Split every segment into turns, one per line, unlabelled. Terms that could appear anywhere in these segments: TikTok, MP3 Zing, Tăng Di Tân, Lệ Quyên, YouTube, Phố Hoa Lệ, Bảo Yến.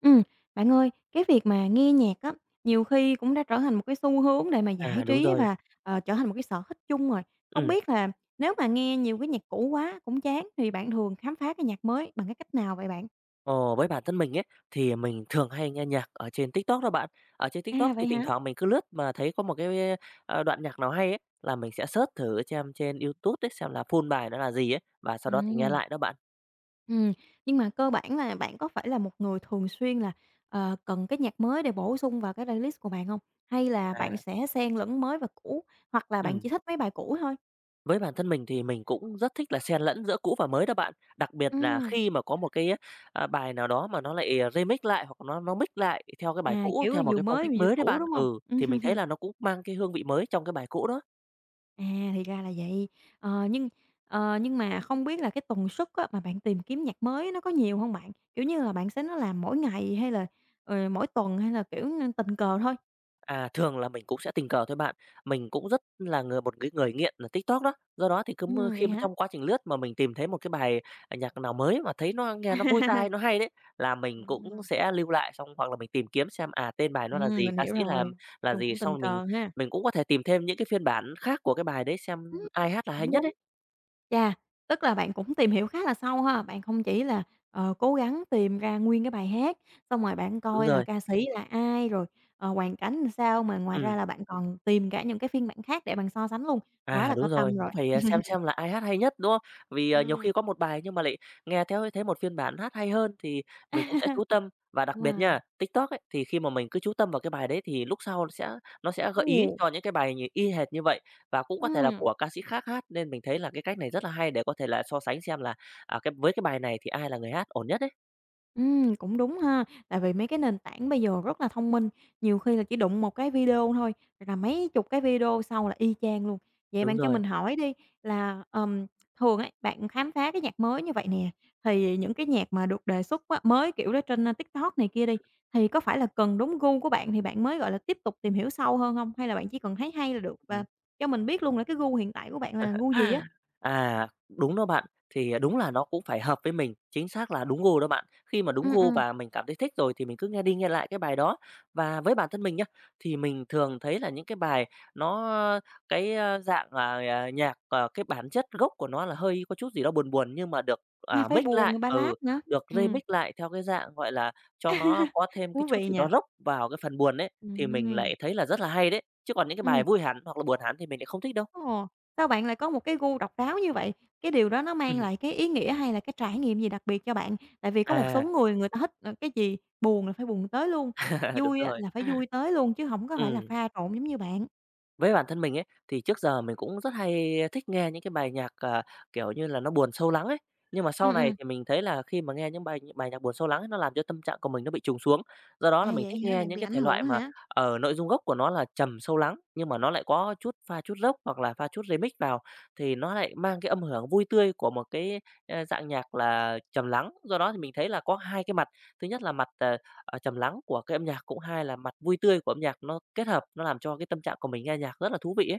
Ừm, bạn ơi, cái việc mà nghe nhạc á, nhiều khi cũng đã trở thành một cái xu hướng để mà giải
À, đúng
trí
rồi.
và trở thành một cái sở thích chung rồi. Không
Ừm,
biết là nếu mà nghe nhiều cái nhạc cũ quá cũng chán thì bạn thường khám phá cái nhạc mới bằng cái cách nào vậy bạn?
Ồ, với bản thân mình ấy, thì mình thường hay nghe nhạc ở trên TikTok đó bạn. Ở trên TikTok
À, vậy
thì thỉnh
hả?
thoảng mình cứ lướt mà thấy có một cái đoạn nhạc nào hay ấy, là mình sẽ search thử xem trên YouTube ấy, xem là full bài nó là gì ấy, và sau đó thì nghe
Ừm,
lại đó bạn.
ừm, nhưng mà cơ bản là bạn có phải là một người thường xuyên là cần cái nhạc mới để bổ sung vào cái playlist của bạn không? Hay là
À,
bạn sẽ xen lẫn mới và cũ, hoặc là bạn
ừm,
chỉ thích mấy bài cũ thôi?
với bản thân mình thì mình cũng rất thích là xen lẫn giữa cũ và mới đó bạn. Đặc biệt là
Ừm,
khi mà có một cái bài nào đó mà nó lại remix lại hoặc nó mix lại theo cái bài
à,
cũ,
kiểu là
theo một
vừa
cái phong
mới
cách
vừa
mới đấy
cũ,
bạn.
đúng không?
Ừ, thì mình thấy là nó cũng mang cái hương vị mới trong cái bài cũ đó.
À, thì ra là vậy. Ờ, nhưng, nhưng mà không biết là cái tần suất á, mà bạn tìm kiếm nhạc mới nó có nhiều không bạn? Kiểu như là, bạn sẽ nó làm mỗi ngày hay là mỗi tuần hay là, kiểu, tình cờ thôi?
À, thường là mình cũng sẽ tình cờ thôi bạn. Mình cũng rất là người một cái người nghiện là TikTok đó. Do đó thì cứ mơ
Vậy
khi mà
hả?
trong quá trình lướt mà mình tìm thấy một cái bài nhạc nào mới mà thấy nó nghe nó vui tai, nó hay đấy, là mình cũng
Ừm,
sẽ lưu lại xong hoặc là mình tìm kiếm xem, à, tên bài nó là gì,
mình
ca
hiểu
sĩ
rồi,
là
nói chung
gì,
cũng
xong
tình
rồi mình
cờ ha.
mình cũng có thể tìm thêm những cái phiên bản khác của cái bài đấy xem
Ừm.
ai hát là hay
Cũng
nhất
đúng.
đấy.
Chà, tức là bạn cũng tìm hiểu khá là sâu ha, bạn không chỉ là cố gắng tìm ra nguyên cái bài hát, xong rồi bạn
Đúng
coi là
rồi,
ca sĩ là ai, rồi hoàn cảnh làm sao, mà ngoài
ừm.
ra là bạn còn tìm cả những cái phiên bản khác để bạn so sánh luôn, quá
À,
là có
đúng rồi,
tâm rồi.
cũng phải, à, xem là ai hát hay nhất, đúng không? Vì, à, nhiều
Ừm.
khi có một bài nhưng mà lại nghe theo thấy một phiên bản hát hay hơn thì mình cũng sẽ chú tâm. Và đặc
Đúng
biệt
rồi.
nha, TikTok ấy, thì khi mà mình cứ chú tâm vào cái bài đấy thì lúc sau nó sẽ gợi ý
Ồ,
cho những cái bài như y hệt như vậy và cũng có thể là
ừm.
của ca sĩ khác hát, nên mình thấy là cái cách này rất là hay để có thể là so sánh xem là, à, cái với cái bài này thì ai là người hát ổn nhất ấy.
Cũng đúng ha. Tại vì mấy cái nền tảng bây giờ rất là thông minh, nhiều khi là chỉ đụng một cái video thôi là mấy chục cái video sau là y chang luôn. Vậy
Đúng
bạn cho
rồi,
mình hỏi đi là thường ấy, bạn khám phá cái nhạc mới như vậy nè, thì những cái nhạc mà được đề xuất á, mới, kiểu, đó trên, a, TikTok này kia đi, thì có phải là cần đúng gu của bạn thì bạn mới, gọi là, tiếp tục tìm hiểu sâu hơn không? Hay là bạn chỉ cần thấy hay là được? Và
ừ.
cho mình biết luôn là cái gu hiện tại của bạn là gu gì á?
À, đúng đó bạn. Thì à, đúng là nó cũng phải hợp với mình, chính xác là đúng gu đó bạn. Khi mà đúng
Ừm,
gu
ừm,
và mình cảm thấy thích rồi thì mình cứ nghe đi nghe lại cái bài đó. Và với bản thân mình nhá, thì mình thường thấy là những cái bài nó cái, a, dạng là, à, nhạc, ờ, cái bản chất gốc của nó là hơi có chút gì đó buồn buồn nhưng mà được,
à,
à,
phải
mix lại
buồn,
ừ,
ballad nữa.
được
Ừm,
remix lại theo cái dạng, gọi là, cho nó có thêm cái
thú
chút
vị
gì
nhỉ.
đó rock vào cái phần buồn ấy, thì mình
Ừm,
lại thấy là rất là hay đấy. Chứ còn những cái
ừm.
bài vui hẳn hoặc là buồn hẳn thì mình lại không thích đâu.
Ồ, sao bạn lại có một cái gu độc đáo như vậy? Cái điều đó nó mang lại cái ý nghĩa hay là cái trải nghiệm gì đặc biệt cho bạn? Tại vì có một số
À.
người người ta thích cái gì buồn là phải buồn tới luôn,
À, đúng
vui á
rồi.
là phải vui tới luôn chứ không có phải là
Ừm,
pha trộn giống như bạn.
với bản thân mình ấy, thì trước giờ mình cũng rất hay thích nghe những cái bài nhạc, à, kiểu như là, nó buồn sâu lắng ấy. Nhưng mà
Ừ
sau này
ừ.
thì mình thấy là khi mà nghe những bài bài nhạc buồn sâu lắng ấy, nó làm cho tâm trạng của mình nó bị trùng xuống. Do đó là
À,
mình
vậy
thích
hả?
nghe
Bạn
những
bị
cái
ảnh
thể
hưởng
loại mà,
hả?
ở nội dung gốc của nó là trầm sâu lắng, nhưng mà nó lại có chút pha chút rock hoặc là pha chút remix vào, thì nó lại mang cái âm hưởng vui tươi của một cái, a, dạng nhạc là trầm lắng. Do đó thì mình thấy là có hai cái mặt, thứ nhất là mặt, à, trầm lắng của cái âm nhạc, cũng hai là mặt vui tươi của âm nhạc nó kết hợp, nó làm cho cái tâm trạng của mình nghe nhạc rất là thú vị ấy.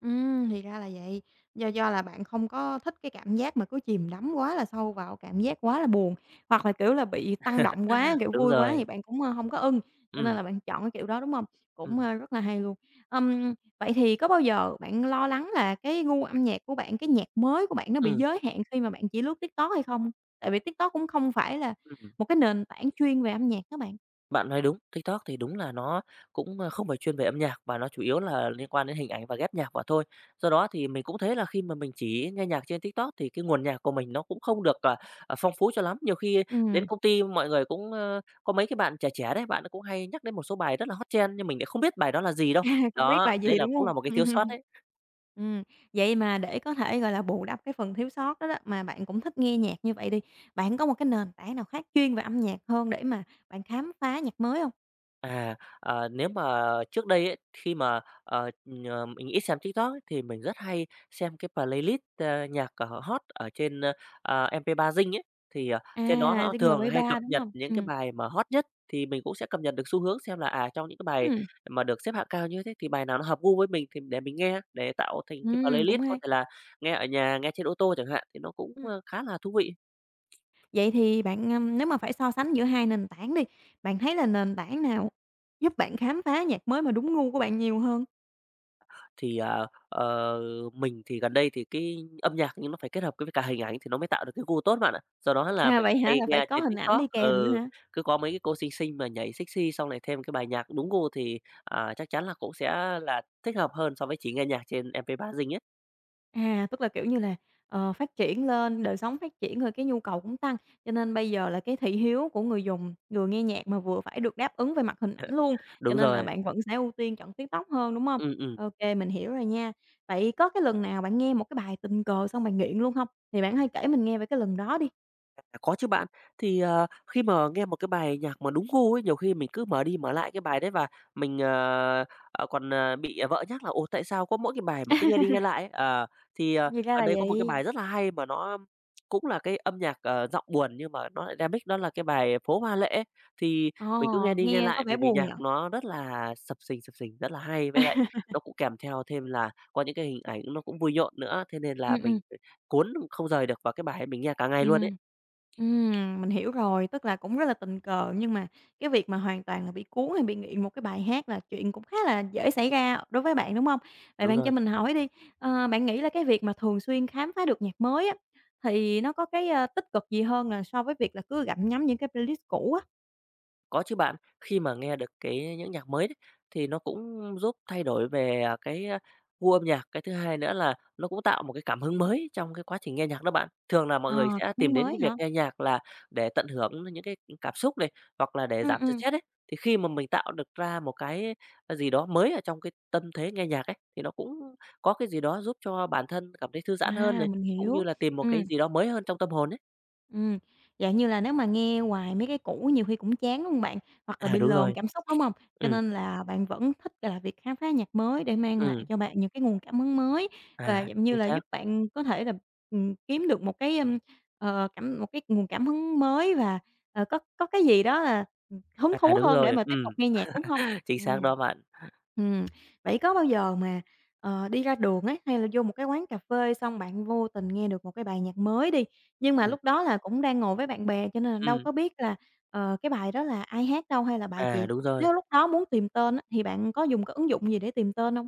Thì ra là vậy. Do là bạn không có thích cái cảm giác mà cứ chìm đắm quá là sâu vào cảm giác quá là buồn, hoặc là, kiểu là, bị tăng động quá, kiểu,
Đúng
vui quá
rồi,
thì bạn cũng hông có ưng, cho nên
ừm,
là bạn chọn cái kiểu đó, đúng hông?
ừm,
Rất là hay luôn. Ừm, vậy thì có bao giờ bạn lo lắng là cái gu âm nhạc của bạn, cái nhạc mới của bạn nó bị
ừm,
giới hạn khi mà bạn chỉ lướt TikTok hay không? Tại vì TikTok cũng không phải là
ừm.
một cái nền tảng chuyên về âm nhạc đó bạn.
Bạn nói đúng, TikTok thì đúng là nó cũng, ơ, không phải chuyên về âm nhạc và nó chủ yếu là liên quan đến hình ảnh và ghép nhạc vào thôi. Do đó thì mình cũng thấy là khi mà mình chỉ nghe nhạc trên TikTok thì cái nguồn nhạc của mình nó cũng không được phong phú cho lắm. Nhiều khi đến
Ừm,
công ty mọi người cũng, ơ, có mấy cái bạn trẻ trẻ đấy, bạn ấy cũng hay nhắc đến một số bài rất là hot trend nhưng mình lại không biết bài đó là gì đâu.
à, không biết
Đó,
bài
đấy
gì,
là
đúng
cũng
hông?
là một cái thiếu sót đấy.
Ừm, vậy mà để có thể, gọi là, bù đắp cái phần thiếu sót đó đó, mà bạn cũng thích nghe nhạc như vậy đi, bạn có một cái nền tảng nào khác chuyên về âm nhạc hơn để mà bạn khám phá nhạc mới hông?
À, ờ, nếu mà trước đây ấy, khi mà, mình ít xem TikTok ấy, thì mình rất hay xem cái playlist, ơ, nhạc, ờ, hot ở trên, mp ba Zing ấy. Thì, ờ, trên đó
À,
họ
Zing
thường
mp
hay
ba
cập
đúng
nhật
không?
những cái bài mà hot nhất, thì mình cũng sẽ cập nhật được xu hướng xem là, à, trong những cái bài
Ừm,
mà được xếp hạng cao như thế thì bài nào nó hợp gu với mình thì để mình nghe, để tạo thành cái
cũng
playlist có
hay.
thể là nghe ở nhà, nghe trên ô tô chẳng hạn, thì nó cũng,
Ừm,
ơ, khá là thú vị.
vậy thì bạn, nếu mà phải so sánh giữa hai nền tảng đi, bạn thấy là nền tảng nào giúp bạn khám phá nhạc mới mà đúng gu của bạn nhiều hơn?
Thì, à, ờ, mình thì gần đây thì cái âm nhạc nhưng nó phải kết hợp với cả hình ảnh thì nó mới tạo được cái gu tốt bạn ạ. Do đó là
À,
mình
vậy hả?
hay
Là phải
nghe
có
trên
hình ảnh đi
TikTok
kèm nữa
ừ,
hả?
cứ có mấy cái cô xinh xinh mà nhảy sexy xong lại thêm cái bài nhạc đúng gu thì, à, chắc chắn là cũng sẽ là thích hợp hơn so với chỉ nghe nhạc trên MP3 Zing ấy.
À, tức là, kiểu như là, ờ, phát triển lên, đời sống phát triển rồi cái nhu cầu cũng tăng, cho nên bây giờ là cái thị hiếu của người dùng, người nghe nhạc mà vừa phải được đáp ứng về mặt hình ảnh luôn, cho
Đúng
nên là
rồi.
bạn vẫn sẽ ưu tiên chọn TikTok hơn, đúng không?
Ừm, ừm.
OK mình hiểu rồi nha. Vậy có cái lần nào bạn nghe một cái bài tình cờ xong bạn nghiện luôn không? Thì bạn hãy kể mình nghe về cái lần đó đi.
À, có chứ bạn. Thì, ờ, khi mà nghe một cái bài nhạc mà đúng gu ấy, nhiều khi mình cứ mở đi mở lại cái bài đấy và mình còn bị vợ nhắc là "Ồ, tại sao có mỗi cái bài mà cứ nghe đi nghe lại ấy?" Ờ, thì, ờ,
Thì ra
gần
là
đây có một cái
vậy.
bài rất là hay mà nó cũng là cái âm nhạc, ờ, giọng buồn nhưng mà nó lại remix đó là cái bài "Phố Hoa Lệ" ấy. Thì
Ờ,
mình cứ nghe đi nghe
nghe có
lại
vẻ
bởi vì
buồn
nhạc
nhở?
nó rất là sập sình, rất là hay, với lại nó cũng kèm theo thêm là có những cái hình ảnh nó cũng vui nhộn nữa, thế nên
Ừm,
là
ừm,
mình, ờ, cuốn không rời được vào cái bài ấy, mình nghe cả ngày luôn ấy.
ừm. ừm, mình hiểu rồi, tức là cũng rất là tình cờ nhưng mà cái việc mà hoàn toàn là bị cuốn hay bị nghiện một cái bài hát là chuyện cũng khá là dễ xảy ra đối với bạn, đúng không? Vậy
Đúng
bạn cho
rồi,
mình hỏi đi, ờ, bạn nghĩ là cái việc mà thường xuyên khám phá được nhạc mới á, thì nó có cái tích cực gì hơn là so với việc là cứ gặm nhấm những cái playlist cũ á?
có chứ bạn. Khi mà nghe được cái những nhạc mới đấy, thì nó cũng giúp thay đổi về à, cái, a, gu âm nhạc, cái thứ hai nữa là nó cũng tạo một cái cảm hứng mới trong cái quá trình nghe nhạc đó bạn. Thường là mọi người
Ờ,
sẽ
cảm
tìm
hứng
đến
mới
cái việc
hả?
nghe nhạc là để tận hưởng những cái cảm xúc này, hoặc là để
Ừ
giảm
ừ,
stress đấy. Thì khi mà mình tạo được ra một cái, gì đó mới ở trong cái tâm thế nghe nhạc ấy, thì nó cũng có cái gì đó giúp cho bản thân cảm thấy thư giãn hơn
à,
này,
mình
cũng
hiểu,
như là tìm một
ừ.
cái gì đó mới hơn trong tâm hồn ấy.
Ừm, dạng như là, nếu mà nghe hoài mấy cái cũ nhiều khi cũng chán, đúng hông bạn? Hoặc là
À,
bị
đúng
lờn
rồi,
cảm xúc, đúng không? Cho
ừ.
nên là bạn vẫn thích, là, việc khám phá nhạc mới để mang lại
Ừ.
cho bạn những cái nguồn cảm hứng mới và,
À,
dạng như
chính
là,
xác.
giúp bạn có thể là, kiếm được một cái, ưm, ờ, cảm một cái nguồn cảm hứng mới và có cái gì đó là, hứng
À,
thú
đúng
hơn để
rồi,
mà tiếp tục nghe nhạc, đúng không?
chính xác
Ừm.
đó bạn.
Ừm, vậy có bao giờ mà, ờ, đi ra đường ấy, hay là vô một cái quán cà phê xong bạn vô tình nghe được một cái bài nhạc mới đi, nhưng mà
Ừm,
lúc đó là cũng đang ngồi với bạn bè cho nên là đâu
ừm,
có biết là, ờ, cái bài đó là ai hát đâu hay là bài
à,
gì.
đúng rồi.
Nếu lúc đó muốn tìm tên á, thì bạn có dùng cái ứng dụng gì để tìm tên hông?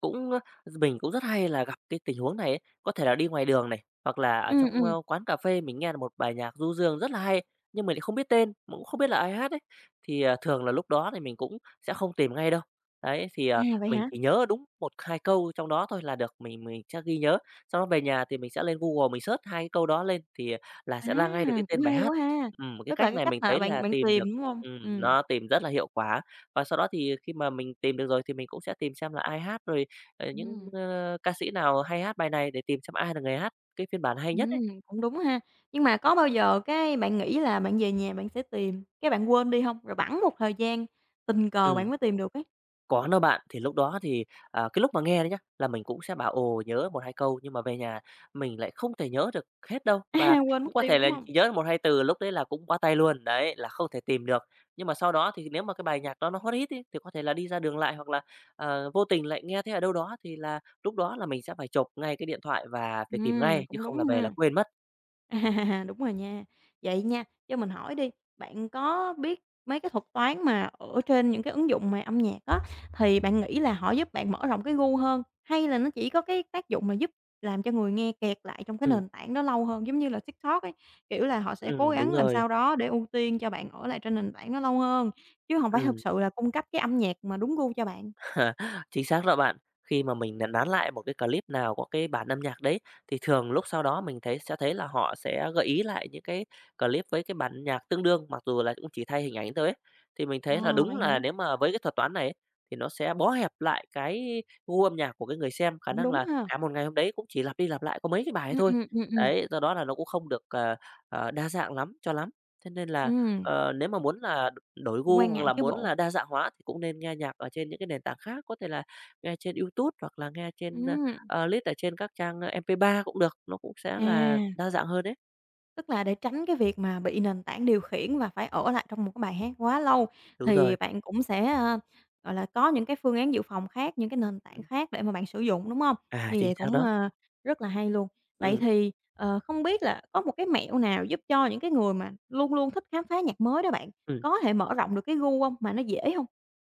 Cũng, ơ, mình cũng rất hay là gặp cái tình huống này ấy, có thể là đi ngoài đường này, hoặc là ở
Ừm,
trong,
ừm.
ơ, quán cà phê mình nghe được một bài nhạc du dương rất là hay, nhưng mình lại không biết tên, mà cũng không biết là ai hát ấy, thì, ờ, thường là lúc đó thì mình cũng sẽ không tìm ngay đâu. Đấy, thì,
À,
ờ,
vậy
mình
hả?
chỉ nhớ đúng một 2 câu trong đó thôi là được, mình sẽ ghi nhớ, sau đó về nhà thì mình sẽ lên Google mình search 2 cái câu đó lên thì, ờ, là
À,
sẽ ra ngay được cái
cũng
tên bài
hay
hát.
quá ha!
Cái
Tức là
cách
cái
này
cách
mình
mà
thấy
bạn
là
bạn
tìm được
tìm, đúng hông? Ừm.
nó tìm rất là hiệu quả, và sau đó thì khi mà mình tìm được rồi thì mình cũng sẽ tìm xem là ai hát rồi. Ờ, những,
Ừm,
ơ, ca sĩ nào hay hát bài này để tìm xem ai là người hát cái phiên bản hay nhất ấy.
cũng đúng ha. Nhưng mà có bao giờ cái bạn nghĩ là bạn về nhà bạn sẽ tìm, cái bạn quên đi hông? Rồi bẵng một thời gian, tình cờ bạn
Ừm,
mới tìm được ấy.
có đó bạn, thì lúc đó thì, à, cái lúc mà nghe đấy nhá, là mình cũng sẽ bảo, ồ, nhớ một 2 câu, nhưng mà về nhà mình lại không thể nhớ được hết đâu, và
À, quên mất
cũng có
tiêu,
thể
đúng
là
hông?
chỉ nhớ được 1, 2 từ, lúc đấy là cũng bó tay luôn, đấy, là không thể tìm được. Nhưng mà sau đó thì nếu mà cái bài nhạc đó nó hot hit ấy, thì có thể là đi ra đường lại hoặc là, vô tình lại nghe thấy ở đâu đó thì là lúc đó là mình sẽ phải chộp ngay cái điện thoại và phải tìm ngay, chứ
Cũng đúng
không là về là
ha.
quên mất.
À, đúng rồi nha. Vậy nha, cho mình hỏi đi, bạn có biết mấy cái thuật toán mà ở trên những cái ứng dụng mà âm nhạc á, thì bạn nghĩ là họ giúp bạn mở rộng cái gu hơn, hay là nó chỉ có cái tác dụng là giúp làm cho người nghe kẹt lại trong cái
Ừm,
nền tảng đó lâu hơn, giống như là TikTok ấy, kiểu là, họ sẽ cố
đúng
gắng làm
rồi,
sao đó để ưu tiên cho bạn ở lại trên nền tảng đó lâu hơn, chứ không phải thực
ừm.
sự là cung cấp cái âm nhạc mà đúng gu cho bạn?
Chính xác đó bạn. Khi mà mình nán nán lại một cái clip nào có cái bản âm nhạc đấy, thì thường lúc sau đó mình sẽ thấy là họ sẽ gợi ý lại những cái clip với cái bản nhạc tương đương, mặc dù là cũng chỉ thay hình ảnh thôi ấy. Thì mình thấy là
Ờ,
đúng
vậy hả?
là nếu mà với cái thuật toán này ấy, thì nó sẽ bó hẹp lại cái gu âm nhạc của cái người xem, khả
Cũng
năng
đúng
là
ha.
cả một ngày hôm đấy cũng chỉ lặp đi lặp lại có mấy cái bài ấy
Ừm,
thôi.
ừm, ừm, ừm.
Đấy, do đó là nó cũng không được, đa dạng lắm cho lắm. Thế nên là,
Ừm,
nếu mà muốn là đổi
cũng quan
gu hoặc
ngại
là
chứ
muốn
bộ.
là đa dạng hóa thì cũng nên nghe nhạc ở trên những cái nền tảng khác, có thể là nghe trên YouTube hoặc là nghe trên,
Ừm,
list ở trên các trang MP3 cũng được, nó cũng sẽ là
à.
đa dạng hơn đấy.
Tức là để tránh cái việc mà bị nền tảng điều khiển và phải ở lại trong một cái bài hát quá lâu,
Đúng
thì
rồi,
bạn cũng sẽ gọi là, có những cái phương án dự phòng khác, những cái nền tảng
ừm,
khác để mà bạn sử dụng, đúng hông?
à,
Như
chính
vậy
xác
cũng,
đó.
ờ, rất là hay luôn. Vậy
Ừ,
thì, ờ, không biết là có một cái mẹo nào giúp cho những cái người mà luôn luôn thích khám phá nhạc mới đó bạn,
ừm.
có thể mở rộng được cái gu hông? Mà nó dễ hông?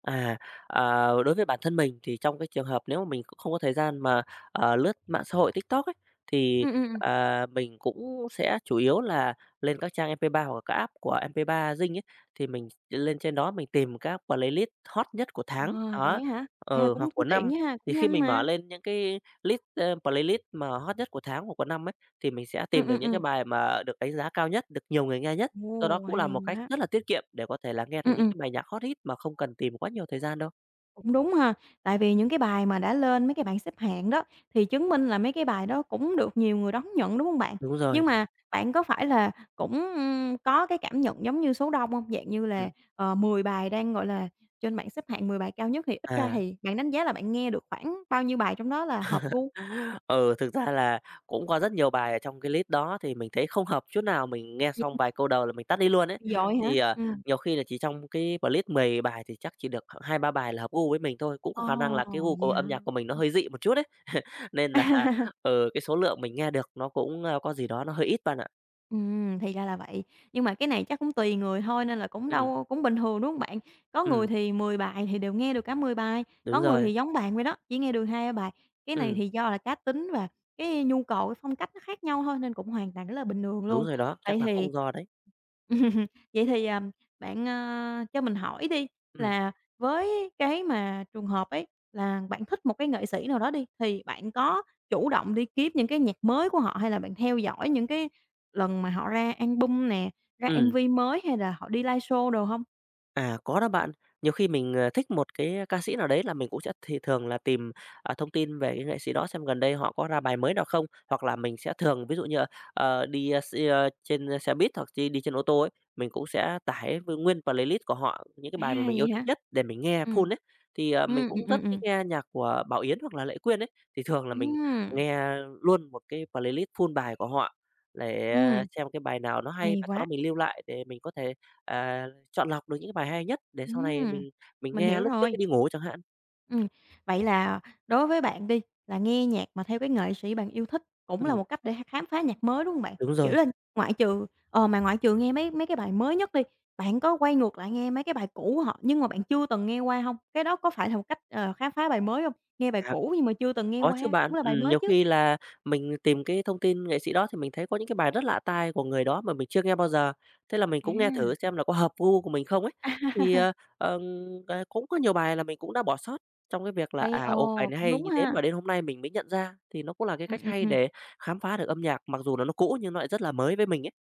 À, à, đối với bản thân mình thì trong cái trường hợp nếu mà mình cũng không có thời gian mà, lướt mạng xã hội TikTok ấy, thì,
Ừm, ừm, ừm.
mình cũng sẽ chủ yếu là lên các trang MP3 hoặc là các app của MP3 Zing ấy, thì mình lên trên đó mình tìm các playlist hot nhất của
Ờ,
tháng,
vậy
đó,
á hả? À,
ừ,
cũng
hoặc của
cũng tiện
năm.
chứ ha,
Thì
cũng
khi
nhanh
mình mở
mà.
lên những cái list, playlist mà hot nhất của tháng hoặc của năm ấy, thì mình sẽ
Ừm,
tìm được
ừm,
những cái
ừm.
bài mà được đánh giá cao nhất, được nhiều người nghe nhất. Do đó
Ồ,
cũng là
hay
một cách
quá.
rất là tiết kiệm để có thể là nghe được
Ừm,
những
ừm.
cái bài nhạc hot hit mà không cần tìm quá nhiều thời gian đâu.
Cũng đúng ha, tại vì những cái bài mà đã lên mấy cái bảng xếp hạng đó, thì chứng minh là mấy cái bài đó cũng được nhiều người đón nhận, đúng không bạn?
Đúng
Nhưng
rồi,
mà bạn có phải là cũng, ưm, có cái cảm nhận giống như số đông không? Dạng như là,
ừm,
ờ, 10 bài đang, gọi là, trên bảng xếp hạng 10 bài cao nhất thì ít ra
à,
thì bạn đánh giá là bạn nghe được khoảng bao nhiêu bài trong đó là hợp gu?
ừ, thực ra là cũng có rất nhiều bài ở trong cái list đó thì mình thấy không hợp chút nào, mình nghe
Vậy
xong
hả?
vài câu đầu là mình tắt đi luôn ấy.
Hả?
Thì, nhiều khi là chỉ trong cái playlist 10 bài thì chắc chỉ được hai ba bài là hợp gu với mình thôi, cũng có
Ồ,
khả năng là cái gu
vậy
của âm
hả?
nhạc của mình nó hơi dị một chút ấy, nên là, ừ, cái số lượng mình nghe được nó cũng, có gì đó nó hơi ít bạn ạ.
Thì ra là vậy. Nhưng mà cái này chắc cũng tùy người thôi nên là cũng
Ừm,
đâu cũng bình thường, đúng hông bạn? Có người
ừm,
thì 10 bài thì đều nghe được cả 10 bài, có
đúng
người
rồi,
thì giống bạn vậy đó, chỉ nghe được 2 bài. Cái này
ừm,
thì do là cá tính và cái nhu cầu, cái phong cách nó khác nhau thôi nên cũng hoàn toàn rất là bình thường
đúng
luôn.
rồi đó,
Vậy
chắc là
thì
cũng do đấy.
vậy thì, à, bạn cho mình hỏi đi
Ừm,
là với cái mà trường hợp ấy là bạn thích một cái nghệ sĩ nào đó đi, thì bạn có chủ động đi kiếm những cái nhạc mới của họ hay là bạn theo dõi những cái lần mà họ ra album nè, ra
ừm.
MV mới hay là họ đi live show đồ hông?
À, có đó bạn. Nhiều khi mình, thích một cái ca sĩ nào đấy là mình cũng sẽ thì thường là tìm, thông tin về cái nghệ sĩ đó xem gần đây họ có ra bài mới nào không, hoặc là mình sẽ thường ví dụ như, đi, xe, trên xe buýt hoặc chi đi trên ô tô ấy, mình cũng sẽ tải v nguyên playlist của họ, những cái
À,
bài mà mình
vậy
yêu thích
hả?
nhất để mình nghe
Ừm,
full ấy. Thì, mình
ừm, ừm,
cũng rất
ừm,
thích
ừm.
nghe nhạc của Bảo Yến hoặc là Lệ Quyên ấy, thì thường là mình
Ừm,
nghe luôn một cái playlist full bài của họ để
ừm,
xem cái bài nào nó hay
hay
và sau
quá!
đó mình lưu lại để mình có thể, à chọn lọc được những cái bài hay nhất để sau này
Ừm,
mình
mình
nghe
hiểu
lúc trước
rồi.
khi đi ngủ chẳng hạn.
Ừm, vậy là đối với bạn đi, là nghe nhạc mà theo cái nghệ sĩ bạn yêu thích cũng là
Ừm,
một cách để khám phá nhạc mới, đúng không bạn?
đúng
Kiểu
rồi.
là, ngoại trừ nghe mấy mấy cái bài mới nhất đi, bạn có quay ngược lại nghe mấy cái bài cũ của họ nhưng mà bạn chưa từng nghe qua không? Cái đó có phải là một cách, ờ, khám phá bài mới không? Nghe bài
À,
cũ nhưng mà chưa từng nghe
có
qua
chứ
cũng
bạn.
là bài mới
Nhiều
chứ?
khi là mình tìm cái thông tin nghệ sĩ đó thì mình thấy có những cái bài rất lạ tai của người đó mà mình chưa nghe bao giờ, thế là mình cũng nghe thử
À.
xem là có hợp gu của mình không ấy. Thì, ờ, ờm, cũng có nhiều bài là mình cũng đã bỏ sót trong cái việc là,
Đây,
à, ồ, bài
ồ,
này
cũng
hay
đúng
như thế
ha.
mà đến hôm nay mình mới nhận ra, thì nó cũng là cái
Ừm,
cách
ừm,
hay
ừm.
để khám phá được âm nhạc, mặc dù là nó cũ nhưng nó lại rất là mới với mình ấy.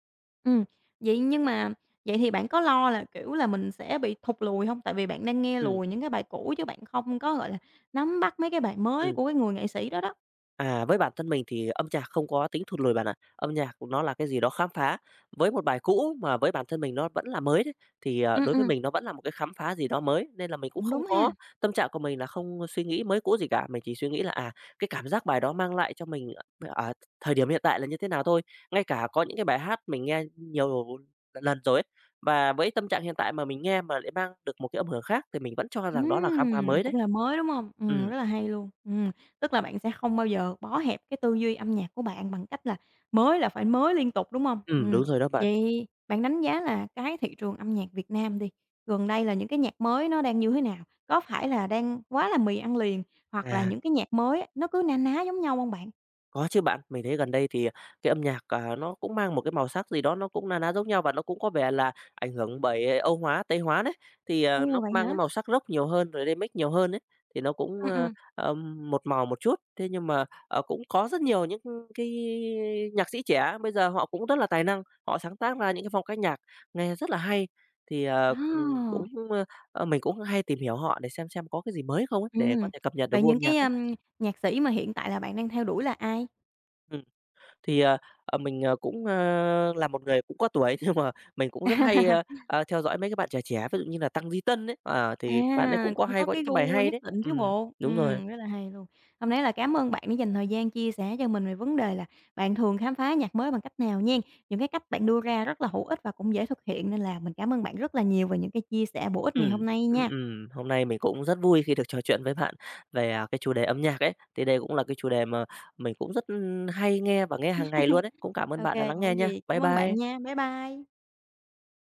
Ừm, vậy nhưng mà vậy thì bạn có lo là, kiểu là, mình sẽ bị thụt lùi hông? Tại vì bạn đang nghe
Ừm,
lùi những cái bài cũ chứ bạn không có, gọi là, nắm bắt mấy cái bài mới
ừm.
của cái người nghệ sĩ đó đó.
À, với bản thân mình thì âm nhạc không có tính thụt lùi bạn ạ. Âm nhạc nó là cái gì đó khám phá. Với một bài cũ mà với bản thân mình nó vẫn là mới đấy, thì,
Ừm,
đối với
ừm,
mình nó vẫn là một cái khám phá gì đó mới, nên là mình cũng
cũng
không
đúng ha.
có tâm trạng của mình là không suy nghĩ mới cũ gì cả. Mình chỉ suy nghĩ là, à, cái cảm giác bài đó mang lại cho mình ở ở thời điểm hiện tại là như thế nào thôi. Ngay cả có những cái bài hát mình nghe nhiều lần rồi ấy, và với tâm trạng hiện tại mà mình nghe mà lại mang được một cái âm hưởng khác thì mình vẫn cho rằng đó là khám phá
Ừm,
mới đấy.
cũng là mới, đúng hông?
Ừm,
Rất là hay luôn. Tức là bạn sẽ không bao giờ bó hẹp cái tư duy âm nhạc của bạn bằng cách là mới là phải mới liên tục, đúng hông?
đúng rồi đó bạn.
Vậy bạn đánh giá là cái thị trường âm nhạc Việt Nam đi, gần đây là những cái nhạc mới nó đang như thế nào? Có phải là đang quá là mì ăn liền, hoặc là
À.
những cái nhạc mới á, nó cứ na ná giống nhau hông bạn?
Có chứ bạn, mình thấy gần đây thì cái âm nhạc, à, nó cũng mang một cái màu sắc gì đó nó cũng na ná giống nhau và nó cũng có vẻ là ảnh hưởng bởi Âu hóa, Tây hóa đấy. Thì,
Ồ,
nó
vậy
mang cái
hả?
màu sắc Rock nhiều hơn, rồi remix nhiều hơn đấy thì nó cũng,
Ừm, ừm.
một màu một chút. Thế nhưng mà, cũng có rất nhiều những cái nhạc sĩ trẻ bây giờ họ cũng rất là tài năng, họ sáng tác ra những cái phong cách nhạc nghe rất là hay. Thì, ờ, cũng,
À!
ờ, mình cũng hay tìm hiểu họ để xem có cái gì mới không ấy, để có
Ừm,
thể cập nhật được
vậy
gu
những
âm
cái,
nhạc ấy.
ưm, nhạc sĩ mà hiện tại là bạn đang theo đuổi là ai?
Thì, ờ, mình, là một người cũng có tuổi nhưng mà mình cũng rất hay, theo dõi mấy cái bạn trẻ trẻ, ví dụ như là Tăng Di Tân ấy, thì bạn ấy
À,
cũng có
cũng
hay
có
có
cái
những cái bài
gu
hay
nhất
đấy.
định chứ bộ.
Đúng rồi.
Rất là hay luôn. Hôm nay là cảm ơn bạn đã dành thời gian chia sẻ cho mình về vấn đề là bạn thường khám phá nhạc mới bằng cách nào nhen. Những cái cách bạn đưa ra rất là hữu ích và cũng dễ thực hiện nên là mình cảm ơn bạn rất là nhiều về những cái chia sẻ bổ ích ngày
Ừm,
hôm nay nha.
Hôm nay mình cũng rất vui khi được trò chuyện với bạn về, à, cái chủ đề âm nhạc ấy, thì đây cũng là cái chủ đề mà mình cũng rất hay nghe và nghe hàng ngày luôn ấy. Cũng cảm ơn
OK,
bạn đã
kê,
lắng
không có
nghe nha.
gì,
Bye
cảm ơn bạn
bye.
nha. Bye bye.